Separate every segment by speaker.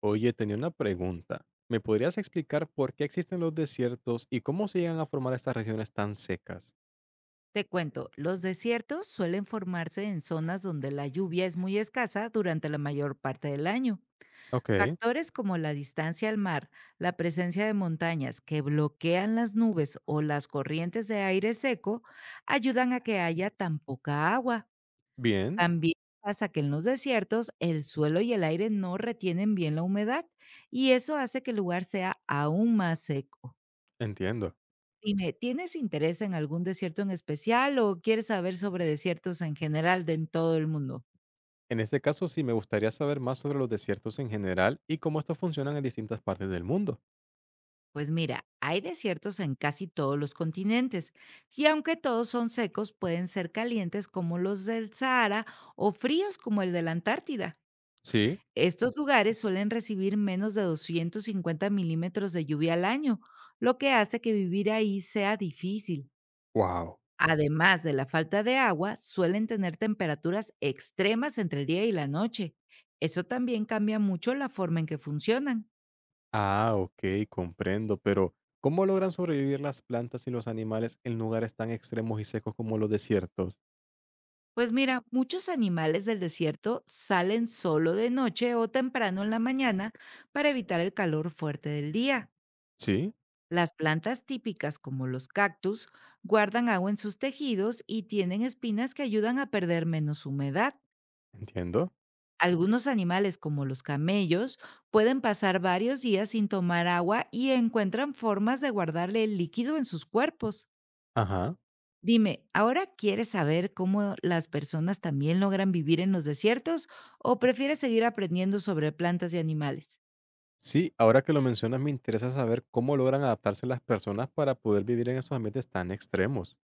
Speaker 1: Oye, tenía una pregunta. ¿Me podrías explicar por qué existen los desiertos y cómo se llegan a formar estas regiones tan secas?
Speaker 2: Te cuento, los desiertos suelen formarse en zonas donde la lluvia es muy escasa durante la mayor parte del año.
Speaker 1: Ok,
Speaker 2: Factores como la distancia al mar, la presencia de montañas que bloquean las nubes o las corrientes de aire seco ayudan a que haya tan poca agua.
Speaker 1: bien,
Speaker 2: También pasa que en los desiertos el suelo y el aire no retienen bien la humedad, y eso hace que el lugar sea aún más seco.
Speaker 1: entiendo.
Speaker 2: Dime, ¿tienes interés en algún desierto en especial o quieres saber sobre desiertos en general de en todo el mundo?
Speaker 1: En este caso sí me gustaría saber más sobre los desiertos en general y cómo estos funcionan en distintas partes del mundo.
Speaker 2: Pues mira, hay desiertos en casi todos los continentes, y aunque todos son secos, pueden ser calientes como los del Sahara o fríos como el de la Antártida.
Speaker 1: ¿Sí?
Speaker 2: Estos lugares suelen recibir menos de 250 milímetros de lluvia al año, lo que hace que vivir ahí sea difícil.
Speaker 1: Wow.
Speaker 2: Además de la falta de agua, suelen tener temperaturas extremas entre el día y la noche. Eso también cambia mucho la forma en que funcionan.
Speaker 1: Ah, ok, comprendo, pero ¿cómo logran sobrevivir las plantas y los animales en lugares tan extremos y secos como los desiertos?
Speaker 2: Pues mira, muchos animales del desierto salen solo de noche o temprano en la mañana para evitar el calor fuerte del día.
Speaker 1: Sí,
Speaker 2: Las plantas típicas como los cactus guardan agua en sus tejidos y tienen espinas que ayudan a perder menos humedad.
Speaker 1: entiendo.
Speaker 2: Algunos animales, como los camellos, pueden pasar varios días sin tomar agua y encuentran formas de guardarle el líquido en sus cuerpos.
Speaker 1: Ajá.
Speaker 2: Dime, ¿ahora quieres saber cómo las personas también logran vivir en los desiertos o prefieres seguir aprendiendo sobre plantas y animales?
Speaker 1: Sí, ahora que lo mencionas, me interesa saber cómo logran adaptarse las personas para poder vivir en esos ambientes tan extremos.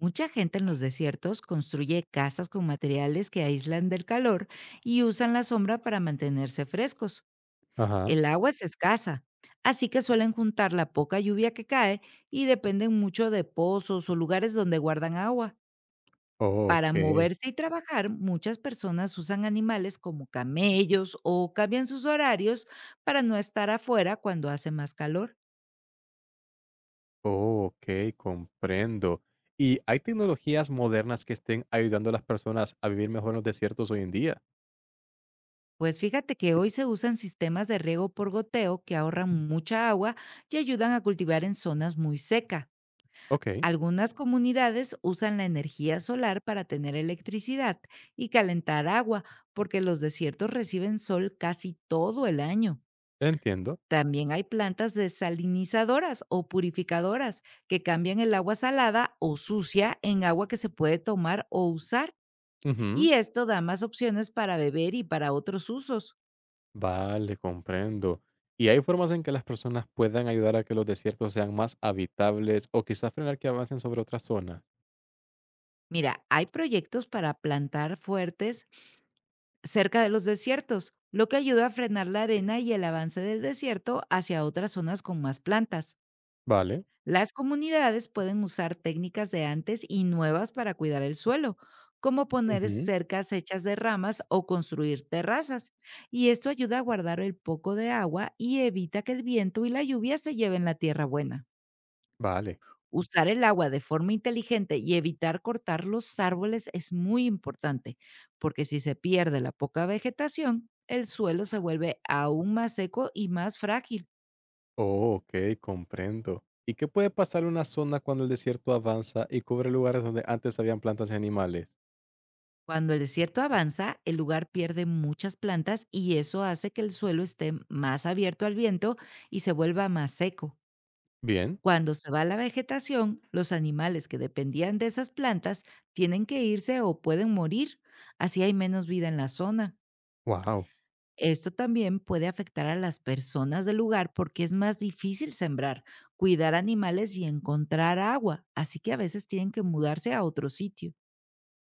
Speaker 2: Mucha gente en los desiertos construye casas con materiales que aíslan del calor y usan la sombra para mantenerse frescos.
Speaker 1: Ajá.
Speaker 2: El agua es escasa, así que suelen juntar la poca lluvia que cae y dependen mucho de pozos o lugares donde guardan agua. Para
Speaker 1: Ok.
Speaker 2: moverse y trabajar, muchas personas usan animales como camellos o cambian sus horarios para no estar afuera cuando hace más calor.
Speaker 1: Ok, comprendo. ¿Y hay tecnologías modernas que estén ayudando a las personas a vivir mejor en los desiertos hoy en día?
Speaker 2: Pues fíjate que hoy se usan sistemas de riego por goteo que ahorran mucha agua y ayudan a cultivar en zonas muy secas.
Speaker 1: Ok,
Speaker 2: Algunas comunidades usan la energía solar para tener electricidad y calentar agua, porque los desiertos reciben sol casi todo el año.
Speaker 1: entiendo.
Speaker 2: También hay plantas desalinizadoras o purificadoras que cambian el agua salada o sucia en agua que se puede tomar o usar,
Speaker 1: Ujú.
Speaker 2: y esto da más opciones para beber y para otros usos.
Speaker 1: Vale, comprendo. ¿Y hay formas en que las personas puedan ayudar a que los desiertos sean más habitables o quizás frenar que avancen sobre otras zonas?
Speaker 2: Mira, hay proyectos para plantar fuertes cerca de los desiertos, lo que ayuda a frenar la arena y el avance del desierto hacia otras zonas con más plantas.
Speaker 1: Vale.
Speaker 2: Las comunidades pueden usar técnicas de antes y nuevas para cuidar el suelo, como poner
Speaker 1: Ujú.
Speaker 2: cercas hechas de ramas o construir terrazas, y esto ayuda a guardar el poco de agua y evita que el viento y la lluvia se lleven la tierra buena.
Speaker 1: Vale.
Speaker 2: Usar el agua de forma inteligente y evitar cortar los árboles es muy importante, porque si se pierde la poca vegetación, el suelo se vuelve aún más seco y más frágil.
Speaker 1: Oh, ok, comprendo. ¿Y qué puede pasar en una zona cuando el desierto avanza y cubre lugares donde antes habían plantas y animales?
Speaker 2: Cuando el desierto avanza, el lugar pierde muchas plantas y eso hace que el suelo esté más abierto al viento y se vuelva más seco.
Speaker 1: Bien.
Speaker 2: Cuando se va la vegetación, los animales que dependían de esas plantas tienen que irse o pueden morir, así hay menos vida en la zona.
Speaker 1: Wow.
Speaker 2: Esto también puede afectar a las personas del lugar, porque es más difícil sembrar, cuidar animales y encontrar agua, así que a veces tienen que mudarse a otro sitio.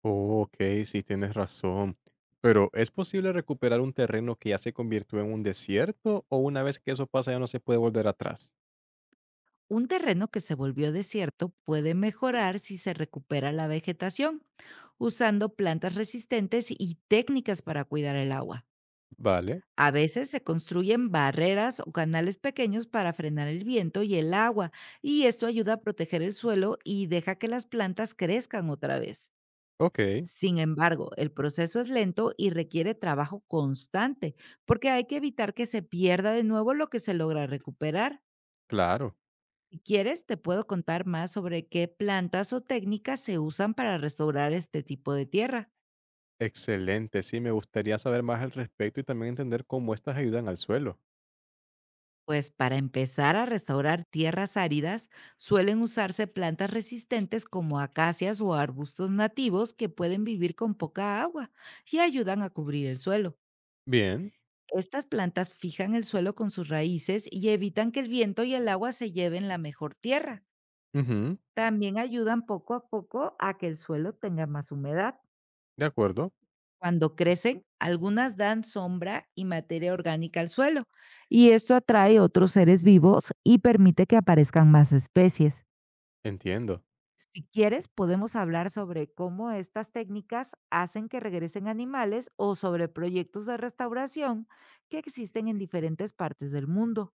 Speaker 1: Oh, ok, sí tienes razón. Pero, ¿es posible recuperar un terreno que ya se convirtió en un desierto o una vez que eso pasa ya no se puede volver atrás?
Speaker 2: Un terreno que se volvió desierto puede mejorar si se recupera la vegetación, usando plantas resistentes y técnicas para cuidar el agua.
Speaker 1: Vale.
Speaker 2: A veces se construyen barreras o canales pequeños para frenar el viento y el agua, y esto ayuda a proteger el suelo y deja que las plantas crezcan otra vez.
Speaker 1: Ok,
Speaker 2: Sin embargo, el proceso es lento y requiere trabajo constante, porque hay que evitar que se pierda de nuevo lo que se logra recuperar.
Speaker 1: claro.
Speaker 2: Si quieres, te puedo contar más sobre qué plantas o técnicas se usan para restaurar este tipo de tierra.
Speaker 1: Excelente, sí, me gustaría saber más al respecto y también entender cómo estas ayudan al suelo.
Speaker 2: Pues para empezar a restaurar tierras áridas, suelen usarse plantas resistentes como acacias o arbustos nativos que pueden vivir con poca agua y ayudan a cubrir el suelo.
Speaker 1: Bien.
Speaker 2: Estas plantas fijan el suelo con sus raíces y evitan que el viento y el agua se lleven la mejor tierra.
Speaker 1: Ujú.
Speaker 2: También ayudan poco a poco a que el suelo tenga más humedad.
Speaker 1: De acuerdo.
Speaker 2: Cuando crecen, algunas dan sombra y materia orgánica al suelo, y esto atrae otros seres vivos y permite que aparezcan más especies.
Speaker 1: Entiendo.
Speaker 2: Si quieres, podemos hablar sobre cómo estas técnicas hacen que regresen animales o sobre proyectos de restauración que existen en diferentes partes del mundo.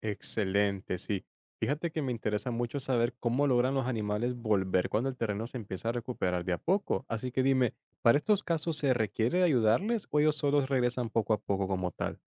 Speaker 1: Excelente, sí. Fíjate que me interesa mucho saber cómo logran los animales volver cuando el terreno se empieza a recuperar de a poco. Así que dime, ¿para estos casos se requiere ayudarles o ellos solos regresan poco a poco como tal?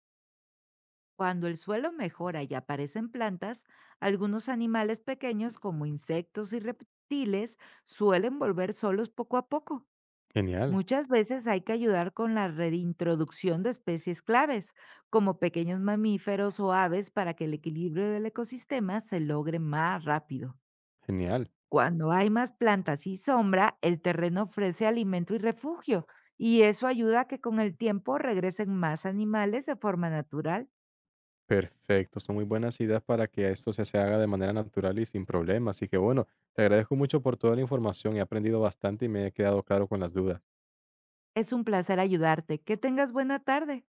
Speaker 2: Cuando el suelo mejora y aparecen plantas, algunos animales pequeños como insectos y reptiles suelen volver solos poco a poco.
Speaker 1: Genial,
Speaker 2: Muchas veces hay que ayudar con la reintroducción de especies claves, como pequeños mamíferos o aves, para que el equilibrio del ecosistema se logre más rápido.
Speaker 1: genial.
Speaker 2: Cuando hay más plantas y sombra, el terreno ofrece alimento y refugio, y eso ayuda a que con el tiempo regresen más animales de forma natural.
Speaker 1: Perfecto, son muy buenas ideas para que esto se haga de manera natural y sin problemas. Así que bueno, te agradezco mucho por toda la información, he aprendido bastante y me he quedado claro con las dudas.
Speaker 2: Es un placer ayudarte. Que tengas buena tarde.